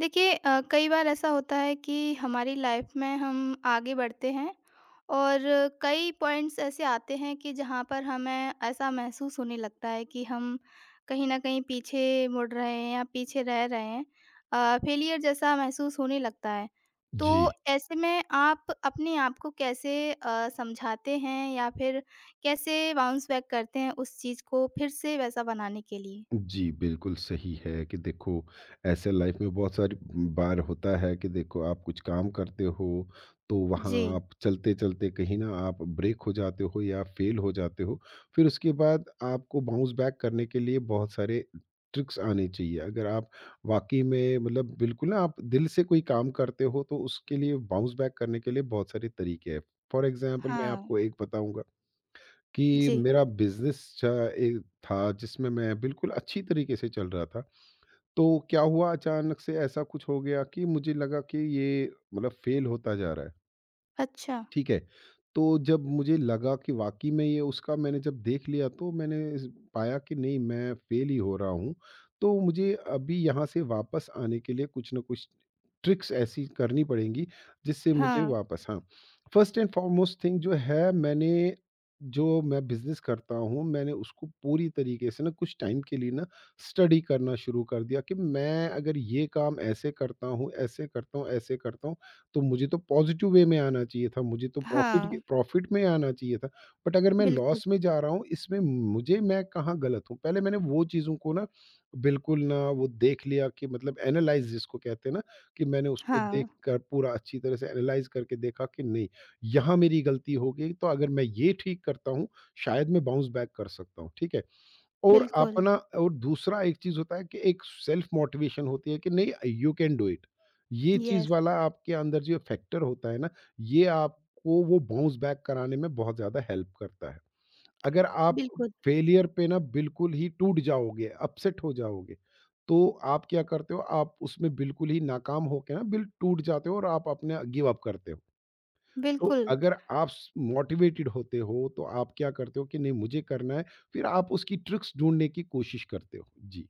देखिए कई बार ऐसा होता है कि हमारी लाइफ में हम आगे बढ़ते हैं और कई पॉइंट्स ऐसे आते हैं कि जहाँ पर हमें ऐसा महसूस होने लगता है कि हम कहीं ना कहीं पीछे मुड़ रहे हैं या पीछे रह रहे हैं फेलियर जैसा महसूस होने लगता है। तो जी। ऐसे में आप अपने आप को कैसे समझाते हैं या फिर कैसे बाउंस बैक करते हैं उस चीज़ को फिर से वैसा बनाने के लिए? जी, बिल्कुल सही है कि देखो, ऐसे लाइफ में बहुत सारी बार होता है कि देखो, आप कुछ काम करते हो, तो जी। वहाँ आप चलते-चलते कहीं न आप ब्रेक हो जाते हो या फेल हो जाते हो। फिर उसके बाद आपको बाउंस बैक करने के लिए बहुत सारे ट्रिक्स आने चाहिए। अगर आप वाक़ई में मतलब बिल्कुल ना आप दिल से कोई काम करते हो, तो उसके लिए बाउंस बैक करने के लिए बहुत सारे तरीके हैं। फ़ॉर एग्ज़ाम्पल मैं हाँ। आपको एक बताऊँगा कि जी। मेरा बिज़नेस चा ए था, जिसमें मैं बिल्कुल अच्छी तरीके से चल रहा था। तो क्या हुआ, अचानक से ऐसा कुछ हो गया कि मुझे लगा कि ये मतलब फ़ेल होता जा रहा है। अच्छा। ठीक है। तो जब मुझे लगा कि वाक़ई में ये, उसका मैंने जब देख लिया, तो मैंने इस पाया कि नहीं, मैं फ़ेल ही हो रहा हूँ। तो मुझे अभी यहाँ से वापस आने के लिए कुछ न कुछ ट्रिक्स ऐसी करनी पड़ेंगी, जिससे मुझे हाँ, वापस, हाँ, फ़र्स्ट एंड फ़ॉरमोस्ट थिंग जो है, मैंने जो मैं बिज़नेस करता हूँ, मैंने उसको पूरी तरीके से ना, कुछ टाइम के लिए ना स्टडी करना शुरू कर दिया कि मैं अगर ये काम ऐसे करता हूँ, ऐसे करता हूँ, ऐसे करता हूँ, तो मुझे तो पॉज़िटिव वे में आना चाहिए था, मुझे तो प्रॉफ़िट के हाँ, प्रॉफ़िट में आना चाहिए था। बट अगर मैं बिल्कुल। लॉस में जा रहा हूँ, इसमें मुझे मैं कहाँ गलत हूँ? पहले मैंने वो चीज़ों को ना, बिल्कुल ना वो देख लिया कि मतलब एनालाइज़ जिसको कहते हैं ना, कि मैंने उसको हाँ, देखकर पूरा अच्छी तरह से एनालाइज़ करके देखा कि नहीं, यहाँ मेरी गलती हो गई, तो अगर मैं ये ठीक करता हूँ, शायद मैं बाउंस बैक कर सकता हूँ, ठीक है? और बिल्कुल। अपना, और दूसरा एक चीज़ होता है कि एक सेल्फ मोटिवेशन होती है कि नहीं, यू कैन डू इट। ये चीज़ यस, वाला आपके अंदर जो फैक्टर होता है ना, ये आपको वो बाउंस बैक कराने में बहुत ज़्यादा हेल्प करता है। अगर आप बिल्कुल, फेलियर पे ना बिल्कुल ही टूट जाओगे, अपसेट हो जाओगे, तो आप क्या करते हो, आप उसमें बिल्कुल ही नाकाम होके ना बिल टूट जाते हो और आप अपने गिव अप करते हो। तो बिल्कुल। अगर आप स मोटिवेटेड होते हो, तो आप क्या करते हो कि नहीं, मुझे करना है, फिर आप उसकी ट्रिक्स ढूँढने की कोशिश करते हो। जी,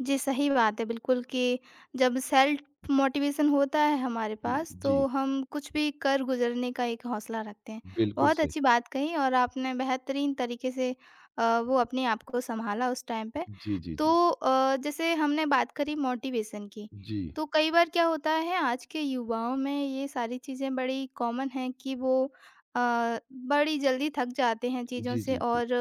जी, सही बात है बिल्कुल कि जब सेल्फ मोटिवेशन होता है हमारे जी, पास तो जी, हम कुछ भी कर गुज़रने का एक हौसला रखते हैं। बिल्कुल बहुत सही। अच्छी बात कही और आपने बेहतरीन तरीके से वो अपने आप को सँभाला उस टाइम पे। जी, जी, जी। तो जैसे हमने बात करी मोटिवेशन की, जी, तो कई बार क्या होता है आज के युवाओं में ये सारी चीज़ें बड़ी कॉमन हैं कि वो अ, बड़ी जल्दी थक जाते हैं चीज़ों जी, से जी, जी। और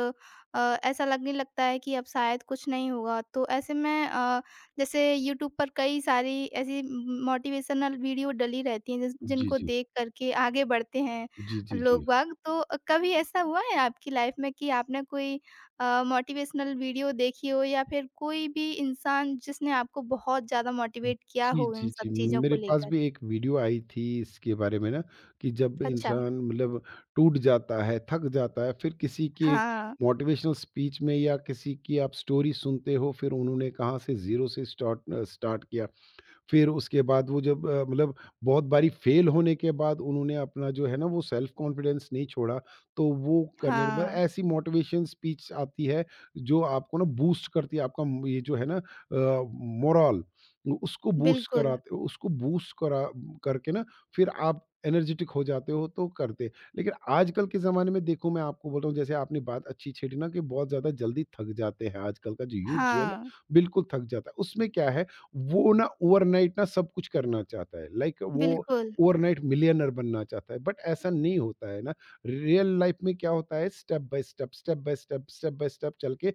ऐसा लगने लगता है कि अब शायद कुछ नहीं होगा। तो ऐसे में जैसे यूट्यूब पर कई सारी ऐसी म मोटिवेशनल वीडियो डली रहती हैं जिस जी, जिनको जी। देख कर के आगे बढ़ते हैं जी, जी, जी। लोग बाग। तो कभी ऐसा हुआ है आपकी लाइफ़ में कि आपने कोई मोटिवेशनल वीडियो देखी हो या फिर कोई भी इंसान जिसने आपको बहुत ज़्यादा मोटिवेट किया जी, हो इन जी, सब जी। चीज़ों को मेरे पास लेकर? भी एक वीडियो आई थी इसके बारे में ना, कि जब अच्छा। इंसान मतलब टूट जाता है, थक जाता है, फिर किसी की एक हाँ, मोटिवेशनल स्पीच में या किसी की आप स्टोरी सुनते हो, फिर उन्होंने कहाँ से ज़ीरो से स्टार्ट स्टार्ट किया। फिर उसके बाद वो जब मतलब बहुत बारी फेल होने के बाद उन्होंने अपना, जो है ना, वो सेल्फ कॉन्फिडेंस नहीं छोड़ा, तो वो करने के बाद हाँ, ऐसी मोटिवेशन स्पीच आती है जो आपको ना बूस्ट करती है, आपका म ये जो है ना, मोरल, उसको बूस्ट बिल्कुल। कराते, उसको बूस्ट करा करके ना फिर आप एनर्जेटिक हो जाते हो, तो करते। लेकिन आजकल के ज़माने में देखो, मैं आपको बोल रहा हूँ, जैसे आपने बात अच्छी छेड़ी ना, कि बहुत ज़्यादा जल्दी थक जाते हैं आजकल का जो यूथ जो है ना, हाँ, बिल्कुल थक जाता है। उसमें क्या है, वो ना ओवरनाइट ना सब कुछ करना चाहता है, लाइक वो बिल्कुल। ओवरनाइट मिलियनर बनना चाहता है, बट ऐसा नहीं होता है ना। रियल लाइफ में क्या होता है, step by step, step by step, step by step चल के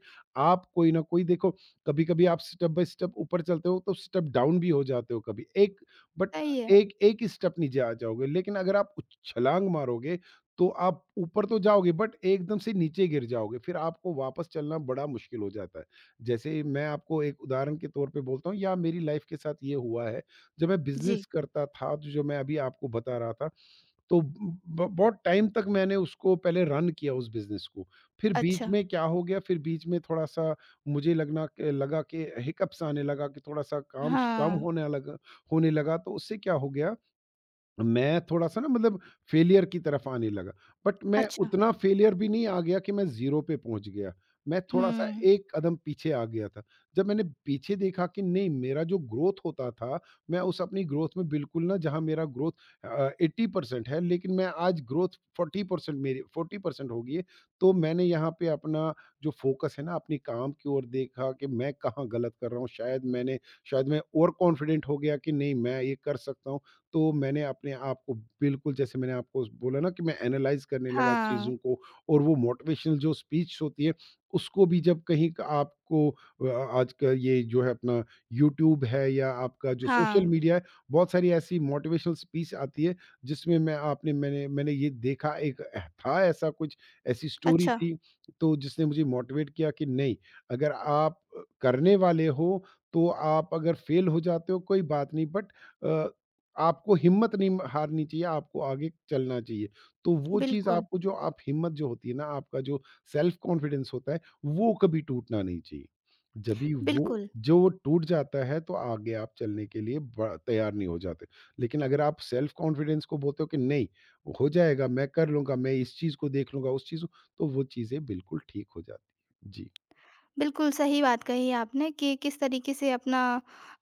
आप कोई ना कोई, देखो, कभी कभी आप स्टेप बाय स्टेप ऊपर चलते हो, तो स्टेप डाउन भी हो जाते हो, कभी एक, बट सही है। एक, एक ही स्टेप नीचे आ जाओगे। लेकिन अगर आप छलांग मारोगे, तो आप ऊपर तो जाओगे, बट एकदम से नीचे गिर जाओगे, फिर आपको वापस चलना बड़ा मुश्किल हो जाता है। जैसे ही मैं आपको एक उदाहरण के तौर पे बोलता हूँ, या मेरी लाइफ के साथ ये हुआ है, जब मैं जी। बिजनेस करता था, तो जो मैं अभी आपको बता रहा था, तो बहुत टाइम तक मैंने उसको पहले रन किया उस बिजनेस को। फिर बीच अच्छा। में क्या हो गया, फिर बीच में थोड़ा सा मुझे लगना लगा कि हिकअप्स आने लगा, कि थोड़ा सा काम कम हाँ, होने लगा, तो उससे क्या हो गया, मैं थोड़ा-सा ना मतलब फेलियर की तरफ आने लगा। बट मैं अच्छा। उतना फेलियर भी नहीं आ गया कि मैं ज़ीरो पे पहुँच गया। मैं थोड़ा-सा हुँ, एक कदम पीछे आ गया था। जब मैंने पीछे देखा कि नहीं, मेरा जो ग्रोथ होता था, मैं उस अपनी ग्रोथ में बिल्कुल ना, जहाँ मेरा ग्रोथ 80% है, लेकिन मैं आज ग्रोथ 40%, मेरी 40% हो गई है। तो मैंने यहाँ पे अपना, जो फ़ोकस है ना, अपने काम की ओर देखा कि मैं कहाँ गलत कर रहा हूँ। शायद मैं ओवर कॉन्फिडेंट हो गया कि नहीं, मैं ये कर सकता हूँ। तो मैंने अपने आप को बिल्कुल, जैसे मैंने आपको बोला ना, कि मैं एनालाइज़ करने लगा हाँ, चीज़ों को, और वो मोटिवेशनल जो स्पीच होती है, उसको भी, जब कहीं क आपको, आज का ये जो है, अपना यूट्यूब है या आपका जो हाँ, सोशल मीडिया है, बहुत सारी ऐसी मोटिवेशनल स्पीच आती है, जिसमें मैं आपने मैंने मैंने ये देखा, एक था ऐसा कुछ, ऐसी स्टोरी अच्छा, थी, तो जिसने मुझे मोटिवेट किया कि नहीं, अगर आप करने वाले हो, तो आप अगर फ़ेल हो जाते हो कोई बात नहीं, बट अ, आपको हिम्मत नहीं हारनी चाहिए, आपको आगे चलना चाहिए। तो वो चीज़ बिल्कुल, आपको, जो आप हिम्मत जो होती है ना, आपका जो सेल्फ कॉन्फिडेंस होता है, वो कभी टूटना नहीं चाहिए। जभी वो बिल्कुल। जो वो टूट जाता है, तो आगे आप चलने के लिए ब तैयार नहीं हो जाते। लेकिन अगर आप सेल्फ कॉन्फिडेंस को बोलते हो कि नहीं, हो जाएगा, मैं कर लूँगा, मैं इस चीज़ को देख लूँगा, उस चीज़ को, तो वो चीज़ें बिल्कुल ठीक हो जाती हैं। जी। बिल्कुल सही बात कही आपने कि किस तरीके से अपना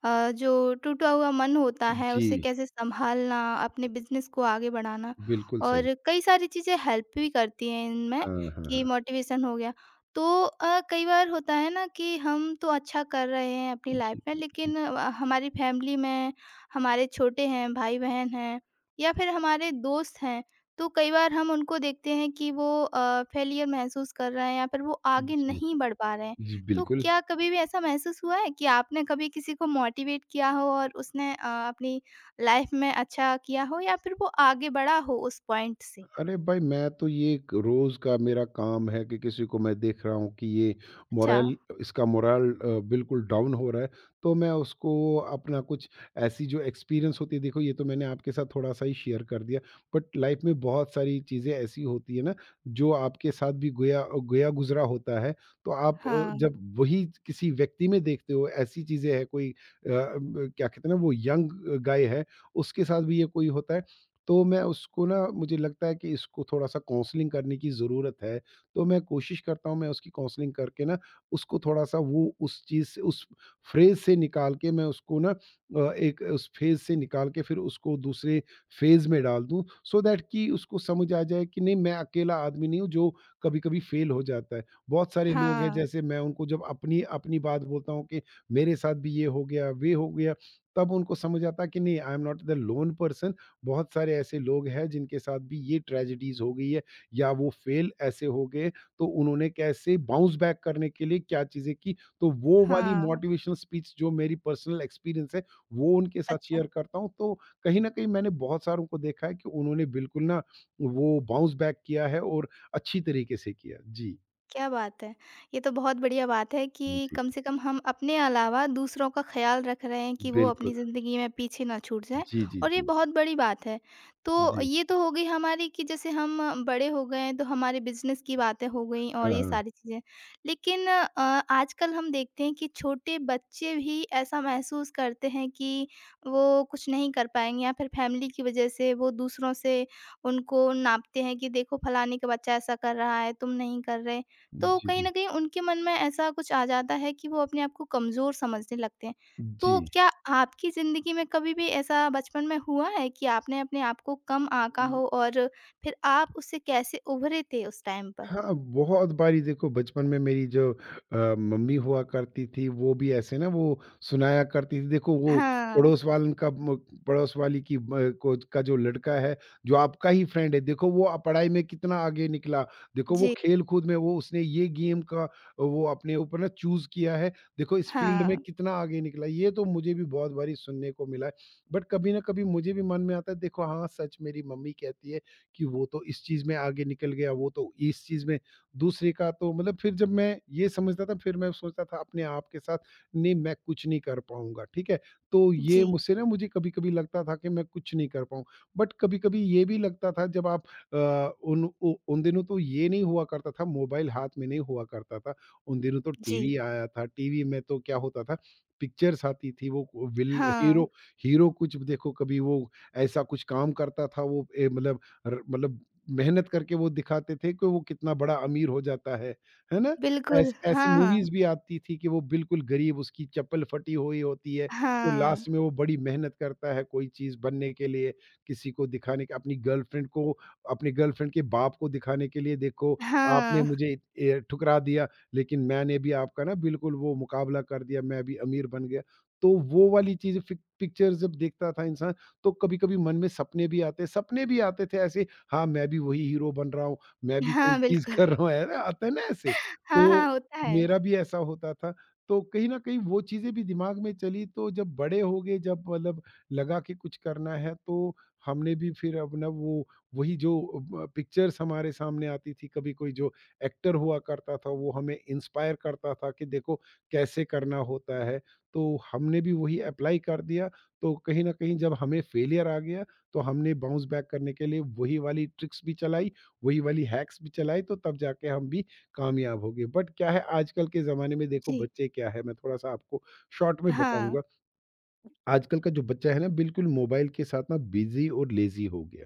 जो टूटा हुआ मन होता है उसे जी, कैसे संभालना, अपने बिज़नेस को आगे बढ़ाना बिल्कुल सही। और कई सारी चीज़ें हेल्प भी करती हैं इनमें हाँ, हाँ, कि हाँ। मोटिवेशन हो गया। तो कई बार होता है ना कि हम तो अच्छा कर रहे हैं अपनी लाइफ जी, में जी, लेकिन हमारी फैमिली में हमारे छोटे हैं, भाई-बहन हैं या फिर हमारे दोस्त हैं, तो कई बार हम उनको देखते हैं कि वो फेलियर महसूस कर रहे हैं या फिर वो आगे जी। नहीं बढ़ पा रहे हैं। जी, तो बिल्कुल। क्या कभी भी ऐसा महसूस हुआ है कि आपने कभी किसी को मोटिवेट किया हो और उसने अपनी लाइफ में अच्छा किया हो या फिर वो आगे बढ़ा हो उस पॉइंट से? अरे भाई, मैं तो ये, एक रोज का मेरा काम है कि किसी को मैं देख रहा हूँ कि ये अच्छा, मोरल, इसका मोरल बिल्कुल डाउन हो रहा है, तो मैं उसको अपना कुछ, ऐसी जो एक्सपीरियंस होती है, देखो ये तो मैंने आपके साथ थोड़ा सा ही शेयर कर दिया, बट लाइफ में बहुत सारी चीज़ें ऐसी होती है ना, जो आपके साथ भी गोया गोया गुजरा होता है, तो आप, हाँ, जब वही किसी व्यक्ति में देखते हो ऐसी चीज़ें है कोई, क्या कहते हैं ना, वो यंग गाय है, उसके साथ भी ये कोई होता है, तो मैं उसको ना, मुझे लगता है कि इसको थोड़ा-सा काउंसलिंग करने की ज़रूरत है। तो मैं कोशिश करता हूँ, मैं उसकी काउंसलिंग करके ना उसको थोड़ा-सा वो उस चीज़ से, उस फ़्रेज़ से निकाल के, मैं उसको ना एक उस फ़ेज़ से निकाल के, फिर उसको दूसरे फ़ेज़ में डाल दूँ, सो दैट कि उसको समझ आ जाए कि नहीं, मैं अकेला आदमी नहीं हूँ जो कभी-कभी फ़ेल हो जाता है। बहुत सारे लोग हैं, हाँ, जैसे मैं उनको जब अपनी अपनी बात बोलता हूँ कि मेरे साथ भी ये हो गया, वे हो गया, तब उनको समझ आता है कि नहीं, I am not the lone person, बहुत सारे ऐसे लोग हैं जिनके साथ भी ये ट्रेजेडीज हो गई है, या वो फेल ऐसे हो गए, तो उन्होंने कैसे बाउंस बैक करने के लिए क्या चीज़ें की, तो वो वाली हाँ, मोटिवेशनल स्पीच, जो मेरी पर्सनल एक्सपीरियंस है, वो उनके साथ अच्छा। शेयर करता हूँ, तो कहीं ना कहीं मैंने बहुत सारों को देखा है कि उन्होंने बिल्कुल ना, वो बाउंस बैक किया है, और अच्छी तरीके से किया। जी। क्या बात है! ये तो बहुत बढ़िया बात है कि जी, कम से कम हम अपने अलावा दूसरों का ख़्याल रख रहे हैं कि वो बिल्कुल। अपनी ज़िंदगी में पीछे ना छूट जाएँ जी, जी, और ये जी, बहुत बड़ी बात है। तो जी। ये तो हो गई हमारी कि जैसे हम बड़े हो गए हैं तो हमारे बिज़नेस की बातें हो गईं और हाँ, ये हाँ। सारी चीज़ें। लेकिन आजकल हम देखते हैं कि छोटे बच्चे भी ऐसा महसूस करते हैं कि वो कुछ नहीं कर पाएँगे या फिर फ़ैमिली की वजह से वो दूसरों से उनको नापते हैं कि देखो फलाने का बच्चा ऐसा कर रहा है, तुम नहीं कर रहे। तो जी, कहीं जी, न कहीं उनके मन में ऐसा कुछ आ जाता है कि वो अपने आप को कमज़ोर समझने लगते हैं। तो जी। क्या आपकी ज़िंदगी में कभी भी ऐसा बचपन में हुआ है कि आपने अपने आप को कम आँका हो और फिर आप उससे कैसे उभरे थे उस टाइम पर? हाँ, बहुत बारी देखो, बचपन में मेरी जो मम्मी हुआ करती थी, वो भी ऐसे ना, वो सुनाया करती थी। देखो वो हाँ। पड़ोस वालन का म पड़ोस वाली की ब को का जो लड़का है, जो आपका ही फ्रेंड है, देखो वो पढ़ाई में कितना आगे निकला। देखो वो जी। खेल-कूद में, वो उसने ये गेम का, वो अपने ऊपर ना चूज़ किया है। देखो इस फ़ील्ड में हाँ। कितना आगे निकला। ये तो मुझे भी बहुत बारी सुनने को मिला है। बट कभी ना कभी मुझे भी मन में आता है, देखो हाँ, सच मेरी मम्मी कहती है कि वो तो इस चीज़ में आगे निकल गया, वो तो इस चीज़ में दूसरे का, तो मतलब, फिर जब मैं ये समझता था, फिर मैं सोचता था अपने आप के साथ, नहीं मैं कुछ नहीं कर पाऊँगा, ठीक है? तो ये जी, मुझसे ना मुझे कभी-कभी लगता था कि मैं कुछ नहीं कर पाऊँ। बट कभी-कभी ये भी लगता था जब आप उन दिनों तो ये नहीं हुआ करता था, मोबाइल हाथ में नहीं हुआ करता था। उन दिनों तो जी। टीवी आया था, टीवी में तो क्या होता था, पिक्चर्स आती थी। वो विल हाँ, हीरो, हीरो कुछ, देखो कभी वो ऐसा कुछ काम करता था। वो मतलब मतलब मेहनत करके वो दिखाते थे कि वो कितना बड़ा अमीर हो जाता है ना। बिल्कुल। ऐसी हाँ, मूवीज भी आती थी कि वो बिल्कुल गरीब, उसकी चप्पल फटी हुई होती है, तो हाँ। लास्ट में वो बड़ी मेहनत करता है कोई चीज बनने के लिए, किसी को दिखाने के, अपनी गर्लफ्रेंड को, अपने गर्लफ्रेंड के बाप को दिखाने के लिए। देखो, आपने हाँ, मुझे ठुकरा दिया, लेकिन मैंने भी आपका ना बिल्कुल वो मुकाबला कर दिया, मैं भी अमीर बन गया। तो वो वाली चीज, पिक्चर जब देखता था इंसान, तो कभी-कभी मन में सपने भी आते, सपने भी आते थे ऐसे, हाँ, मैं भी वही हीरो बन रहा हूँ, मैं भी कोई हाँ, चीज़ बिल्कुल। कर रहा हूँ, है ना? आता है ना ऐसे? हाँ, तो हाँ, होता है। मेरा भी ऐसा होता था। तो कहीं न कहीं वो चीज़ें भी दिमाग में चली, तो जब बड़े हो गए, जब मतलब लगा कि कुछ करना है, तो हमने भी फिर अपना वो, वही जो पिक्चर्स हमारे सामने आती थी, कभी कोई जो एक्टर हुआ करता था, वो हमें इंस्पायर करता था कि देखो कैसे करना होता है, तो हमने भी वही एप्लाई कर दिया। तो कहीं न कहीं जब हमें फेलियर आ गया, तो हमने बाउंस बैक करने के लिए वही वाली ट्रिक्स भी चलाई, वही वाली हैक्स भी चलाई, तो तब जाके हम भी कामयाब हो गए। बट क्या है, आजकल के ज़माने में देखो जी। बच्चे क्या है, मैं थोड़ा-सा आपको शॉर्ट में हाँ, बताऊँगा। आजकल का जो बच्चा है ना, बिल्कुल मोबाइल के साथ ना, बिज़ी और लेज़ी हो गया।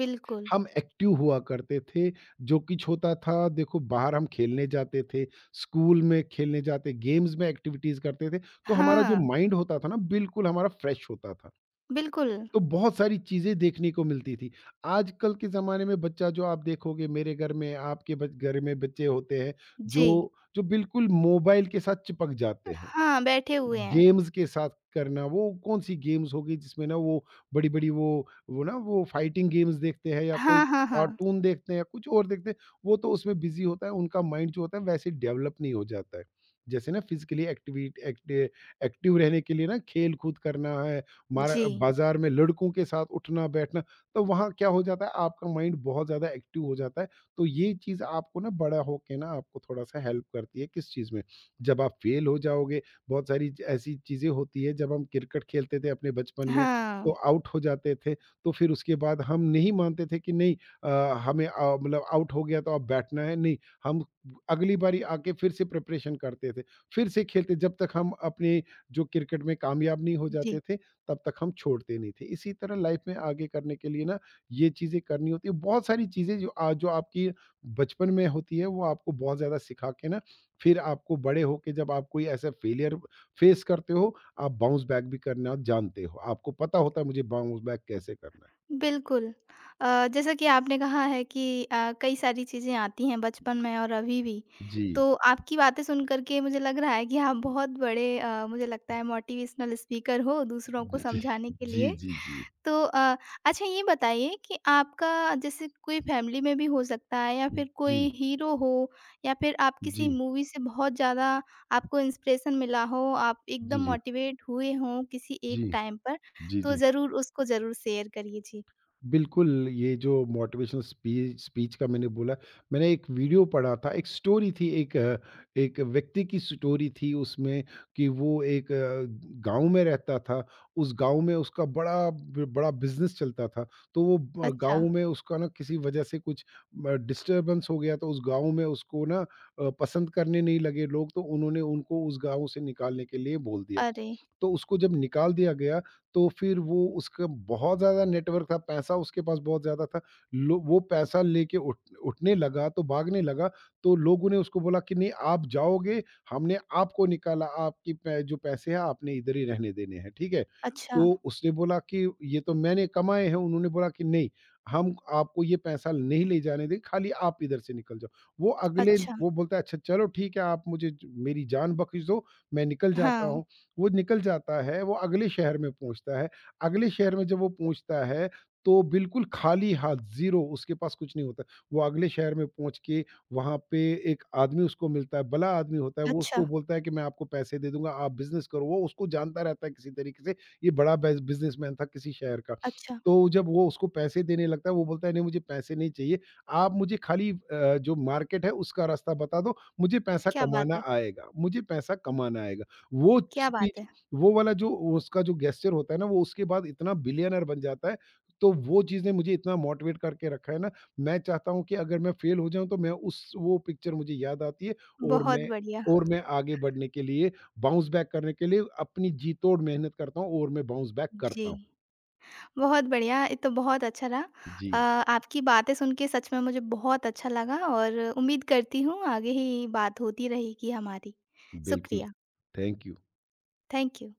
बिल्कुल। हम एक्टिव हुआ करते थे, जो कुछ होता था देखो बाहर हम खेलने जाते थे, स्कूल में खेलने जाते, गेम्स में एक्टिविटीज़ करते थे, तो हमारा जो हाँ, माइंड होता था ना, बिल्कुल हमारा फ्रेश होता था। बिल्कुल। तो बहुत सारी चीज़ें देखने को मिलती थी। आजकल के ज़माने में बच्चा जो आप देखोगे मेरे घर में, आपके बच घर में बच्चे होते हैं, जी। जो जो बिल्कुल मोबाइल के साथ चिपक जाते हैं। हाँ, बैठे हुए हैं। गेम्स के साथ करना, वो कौन-सी गेम्स होगी जिसमें ना वो बड़ी-बड़ी वो ना वो फाइटिंग गेम्स देखते हैं या कोई हाँ, हाँ, हाँ। कार्टून देखते हैं या कुछ और देखते हैं, वो तो उसमें बिज़ी होता है, उनका माइंड जो होता है वैसे डेवलप नहीं हो जाता है। जैसे ना फिज़िकली एक्टिव रहने के लिए ना खेल-कूद करना है, मारा जी। बाज़ार में लड़कों के साथ उठना-बैठना, तो वहाँ क्या हो जाता है, आपका माइंड बहुत ज़्यादा एक्टिव हो जाता है। तो ये चीज़ आपको ना बड़ा होके ना आपको थोड़ा-सा हेल्प करती है, किस चीज़ में? जब आप फेल हो जाओगे, बहुत सारी ऐसी चीज़ें होती है। जब हम क्रिकेट खेलते थे अपने बचपन में, तो हाँ, आउट हो जाते थे, तो फिर उसके बाद हम नहीं मानते थे कि नहीं हमें मतलब आउट हो गया तो अब बैठना है, नहीं, हम अगली बारी आके फिर से प्रिपरेशन करते थे। फिर से खेलते जब तक हम अपने जो क्रिकेट में कामयाब नहीं हो जी, जाते थे, तब तक हम छोड़ते नहीं थे। इसी तरह लाइफ़ में आगे करने के लिए ना ये चीज़ें करनी होती है। बहुत सारी चीज़ें जो आज जो आपकी बचपन में होती है, वो आपको बहुत ज़्यादा सिखा के ना फिर आपको बड़े होके जब आप कोई ऐसा फेलियर फेस करते हो, आप बाउंस बैक भी करना जानते हो। आपको पता होता है मुझे बाउंस बैक कैसे करना है। बिल्कुल। जैसा कि आपने कहा है कि कई सारी चीज़ें आती हैं बचपन में और अभी भी। जी। तो आपकी बातें सुन कर के मुझे लग रहा है कि आप बहुत बड़े मुझे लगता है मोटिवेशनल स्पीकर हो दूसरों को जी, समझाने के जी, लिए। जी, जी। तो अच्छा ये बताइए कि आपका जैसे कोई फैमिली में भी हो सकता है या फिर कोई जी, हीरो हो या फिर आप किसी जी, मूवी से बहुत ज़्यादा आपको इंस्पिरेशन मिला हो, आप जी, एकदम जी, जी, मोटिवेट हुए हों किसी एक जी, टाइम पर, जी, तो जी। ज़रूर उसको ज़रूर शेयर करिए? जी। बिल्कुल, ये जो मोटिवेशनल स्पीच का मैंने बोला, मैंने एक वीडियो पढ़ा था, एक स्टोरी थी, एक एक व्यक्ति की स्टोरी थी उसमें, कि वो एक गाँव में रहता था, उस गाँव में उसका बड़ा बिज़नेस चलता था, तो वो ब अच्छा, गाँव में उसका ना किसी वजह से कुछ डिस्टर्बेंस हो गया, तो उस गाँव में उसको ना पसंद करने नहीं लगे लोग, तो उन्होंने उनको उस गाँव से निकालने के लिए बोल दिया। अरे! तो उसको जब निकाल दिया गया, तो फिर वो, उसका बहुत ज़्यादा नेटवर्क था, पैसा उसके पास बहुत ज़्यादा था। लो वो पैसा लेके उठ उठने लगा तो भागने लगा, तो लोगों ने उसको बोला कि नहीं आप जाओगे, हमने आपको निकाला, आपकी पै जो पैसे हैं आपने इधर ही रहने देने हैं, ठीक है? अच्छा, तो उसने बोला कि ये तो मैंने कमाए हैं, उन्होंने बोला कि नहीं, हम आपको ये पैसा नहीं ले जाने देंगे, खाली आप इधर से निकल जाओ। अच्छा। वो बोलता है, अच्छा चलो ठीक है, आप मुझे ज मेरी जान बख्श दो, मैं निकल जाता हाँ, हूँ। वो निकल जाता है, वो अगले शहर में पहुँचता है। अगले शहर में जब वो पहुँचता है, तो बिल्कुल खाली हाथ, ज़ीरो, उसके पास कुछ नहीं होता। वो अगले शहर में पहुँच के वहाँ पे एक आदमी उसको मिलता है, भला आदमी होता है, वो अच्छा, उसको बोलता है कि मैं आपको पैसे दे दूँगा, आप बिज़नेस करो। वो उसको जानता रहता है किसी तरीके से, ये बड़ा बेस बिज़नेसमैन था किसी शहर का। अच्छा। तो जब वो उसको पैसे देने लगता है, वो बोलता है, "नहीं, मुझे पैसे नहीं चाहिए, आप मुझे खाली जो मार्केट है, उसका रास्ता बता दो, मुझे पैसा क्या बात कमाना है! आएगा, मुझे पैसा कमाना आएगा।" वो क्या बात स्पीच, है! वो वाला जो उसका जो गेस्चर होता है ना, वो उसके बाद इतना बिलियनर बन जाता है। तो वो चीज़ें मुझे इतना मोटिवेट करके रखा है ना, मैं चाहता हूँ कि अगर मैं फेल हो जाऊँ, तो मैं उस वो पिक्चर मुझे याद आती है, और बहुत मैं बढ़िया। और मैं आगे बढ़ने के लिए, बाउंस बैक करने के लिए अपनी जी-तोड़ मेहनत करता हूँ और मैं बाउंस बैक जी। करता हूँ। बहुत बढ़िया, ये तो बहुत अच्छा रहा। अ, जी, आपकी बातें सुन के सच में मुझे बहुत अच्छा लगा और उम्मीद करती हूँ आगे ही बात होती रहेगी हमारी। बिल्कुल। शुक्रिया, थैंक यू। Thank you.